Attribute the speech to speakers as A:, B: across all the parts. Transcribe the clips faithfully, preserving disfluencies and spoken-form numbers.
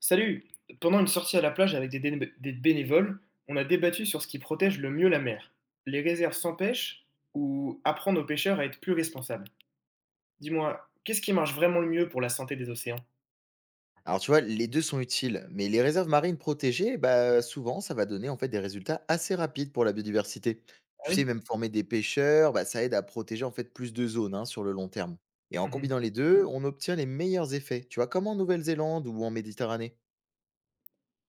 A: Salut! Pendant une sortie à la plage avec des, déné- des bénévoles, on a débattu sur ce qui protège le mieux la mer. Les réserves sans pêche ou apprendre aux pêcheurs à être plus responsables. Dis-moi, qu'est-ce qui marche vraiment le mieux pour la santé des océans?
B: Alors tu vois, les deux sont utiles, mais les réserves marines protégées, bah, souvent, ça va donner en fait des résultats assez rapides pour la biodiversité.
A: Ah
B: Tu
A: oui?
B: sais, même former des pêcheurs, bah, ça aide à protéger en fait plus de zones hein, sur le long terme. Et en
A: Mhm.
B: combinant les deux, on obtient les meilleurs effets. Tu vois, comme en Nouvelle-Zélande ou en Méditerranée.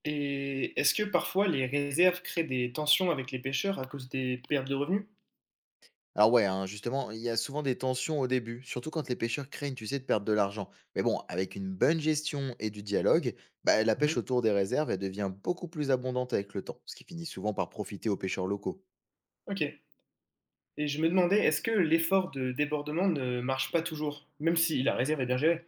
A: Et est-ce que parfois les réserves créent des tensions avec les pêcheurs à cause des pertes de revenus?
B: Alors ouais, hein, justement, il y a souvent des tensions au début, surtout quand les pêcheurs craignent, tu sais, de perdre de l'argent. Mais bon, avec une bonne gestion et du dialogue, bah, la pêche
A: Mhm.
B: autour des réserves, elle devient beaucoup plus abondante avec le temps, ce qui finit souvent par profiter aux pêcheurs locaux.
A: Ok. Et je me demandais, est-ce que l'effort de débordement ne marche pas toujours, même si la réserve est bien gérée?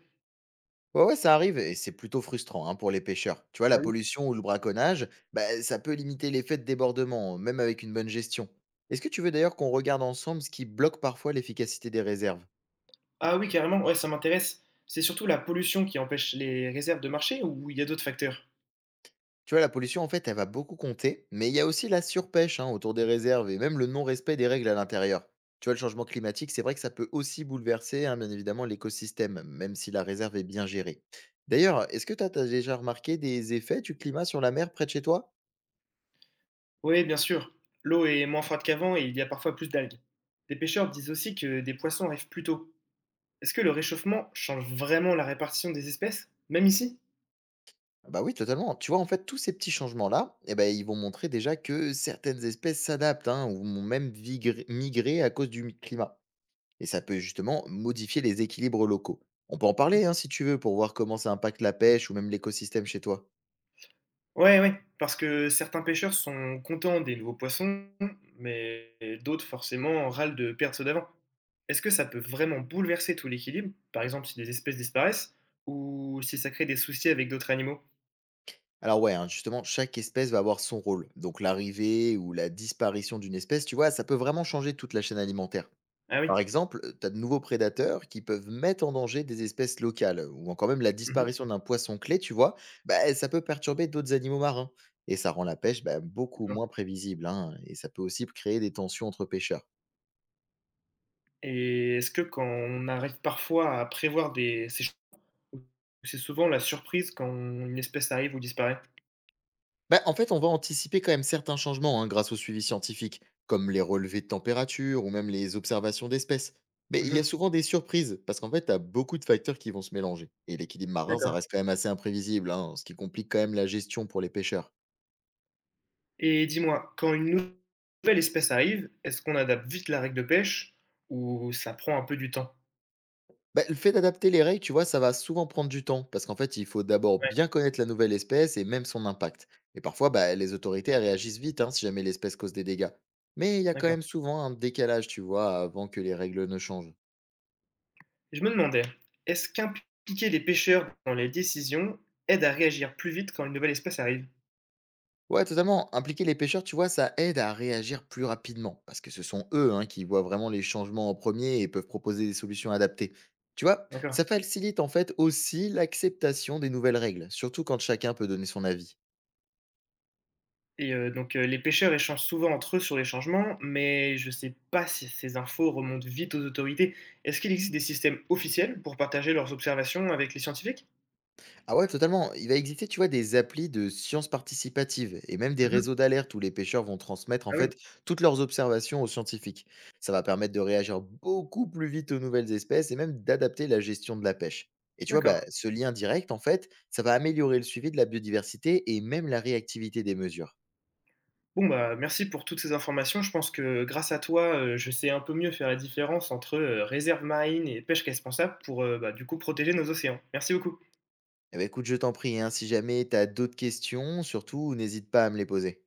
B: Ouais, ouais, ça arrive et c'est plutôt frustrant hein, pour les pêcheurs. Tu vois,
A: Ah
B: la
A: oui.
B: pollution ou le braconnage, bah, ça peut limiter l'effet de débordement, même avec une bonne gestion. Est-ce que tu veux d'ailleurs qu'on regarde ensemble ce qui bloque parfois l'efficacité des réserves?
A: Ah oui, carrément, ouais, ça m'intéresse. C'est surtout la pollution qui empêche les réserves de marcher ou il y a d'autres facteurs?
B: Tu vois, la pollution, en fait, elle va beaucoup compter, mais il y a aussi la surpêche hein, autour des réserves et même le non-respect des règles à l'intérieur. Tu vois, le changement climatique, c'est vrai que ça peut aussi bouleverser, hein, bien évidemment, l'écosystème, même si la réserve est bien gérée. D'ailleurs, est-ce que tu as déjà remarqué des effets du climat sur la mer près de chez toi?
A: Oui, bien sûr. L'eau est moins froide qu'avant et il y a parfois plus d'algues. Des pêcheurs disent aussi que des poissons arrivent plus tôt. Est-ce que le réchauffement change vraiment la répartition des espèces, même ici?
B: Bah oui, totalement. Tu vois, en fait, tous ces petits changements-là, eh ben, ils vont montrer déjà que certaines espèces s'adaptent hein, ou vont même vigrer- migrer à cause du mi- climat. Et ça peut justement modifier les équilibres locaux. On peut en parler hein, si tu veux pour voir comment ça impacte la pêche ou même l'écosystème chez toi.
A: Ouais, ouais, parce que certains pêcheurs sont contents des nouveaux poissons, mais d'autres forcément râlent de perdre ceux d'avant. Est-ce que ça peut vraiment bouleverser tout l'équilibre, par exemple si des espèces disparaissent, ou si ça crée des soucis avec d'autres animaux?
B: Alors ouais, hein, justement, chaque espèce va avoir son rôle. Donc l'arrivée ou la disparition d'une espèce, tu vois, ça peut vraiment changer toute la chaîne alimentaire.
A: Ah oui.
B: Par exemple, heu, tu as de nouveaux prédateurs qui peuvent mettre en danger des espèces locales, ou encore même la
A: Mmh mh,
B: disparition d'un poisson clé, tu vois? Bah, ça peut perturber d'autres animaux marins et ça rend la pêche, bah, beaucoup
A: d'accord.
B: moins prévisible, hein, et ça peut aussi créer des tensions entre pêcheurs.
A: Et est-ce que quand on arrive parfois à prévoir des ces ch ou c'est souvent la surprise quand une espèce arrive ou disparaît?
B: Bah, en fait, on va anticiper quand même certains changements, hein, grâce au suivi scientifique, comme les relevés de température ou même les observations d'espèces. Mais il
A: Mmh
B: y a
A: mh,
B: souvent des surprises parce qu'en fait, tu as beaucoup de facteurs qui vont se mélanger et l'équilibre marin, ça
A: d'accord.
B: reste quand même assez imprévisible, hein, ce qui complique quand même la gestion pour les pêcheurs.
A: Et dis-moi, quand une nouvelle espèce arrive, est-ce qu'on adapte vite la règle de pêche ou ça prend un peu du temps?
B: Bah, le fait d'adapter les règles, tu vois, ça va souvent prendre du temps, parce qu'en fait, il faut d'abord
A: Ouais,
B: bien connaître la nouvelle espèce et même son impact. Et parfois, bah, les autorités elles réagissent vite hein, si jamais l'espèce cause des dégâts. Mais il y a quand
A: d'accord.
B: même souvent un décalage, tu vois, avant que les règles ne changent.
A: Je me demandais, est-ce qu'impliquer les pêcheurs dans les décisions aide à réagir plus vite quand une nouvelle espèce arrive?
B: Ouais, totalement. Impliquer les pêcheurs, tu vois, ça aide à réagir plus rapidement, parce que ce sont eux hein, qui voient vraiment les changements en premier et peuvent proposer des solutions adaptées. Tu vois, ça
A: D'accord.
B: facilite en fait aussi l'acceptation des nouvelles règles, surtout quand chacun peut donner son avis.
A: Et heu, donc heu, les pêcheurs échangent souvent entre eux sur les changements, mais je ne sais pas si ces infos remontent vite aux autorités. Est-ce qu'il existe des systèmes officiels pour partager leurs observations avec les scientifiques?
B: Ah ouais, totalement. Il va exister, tu vois, des applis de sciences participatives et même des
A: Mmh.
B: réseaux d'alerte où les pêcheurs vont transmettre en
A: Ah oui,
B: fait toutes leurs observations aux scientifiques. Ça va permettre de réagir beaucoup plus vite aux nouvelles espèces et même d'adapter la gestion de la pêche. Et tu vois,
A: d'accord.
B: bah, ce lien direct, en fait, ça va améliorer le suivi de la biodiversité et même la réactivité des mesures.
A: Bon, bah, merci pour toutes ces informations. Je pense que grâce à toi, heu, je sais un peu mieux faire la différence entre, heu, réserve marine et pêche responsable pour, heu, bah, du coup protéger nos océans. Merci beaucoup.
B: Eh ben, écoute, je t'en prie, hein, si jamais tu as d'autres questions, surtout n'hésite pas à me les poser.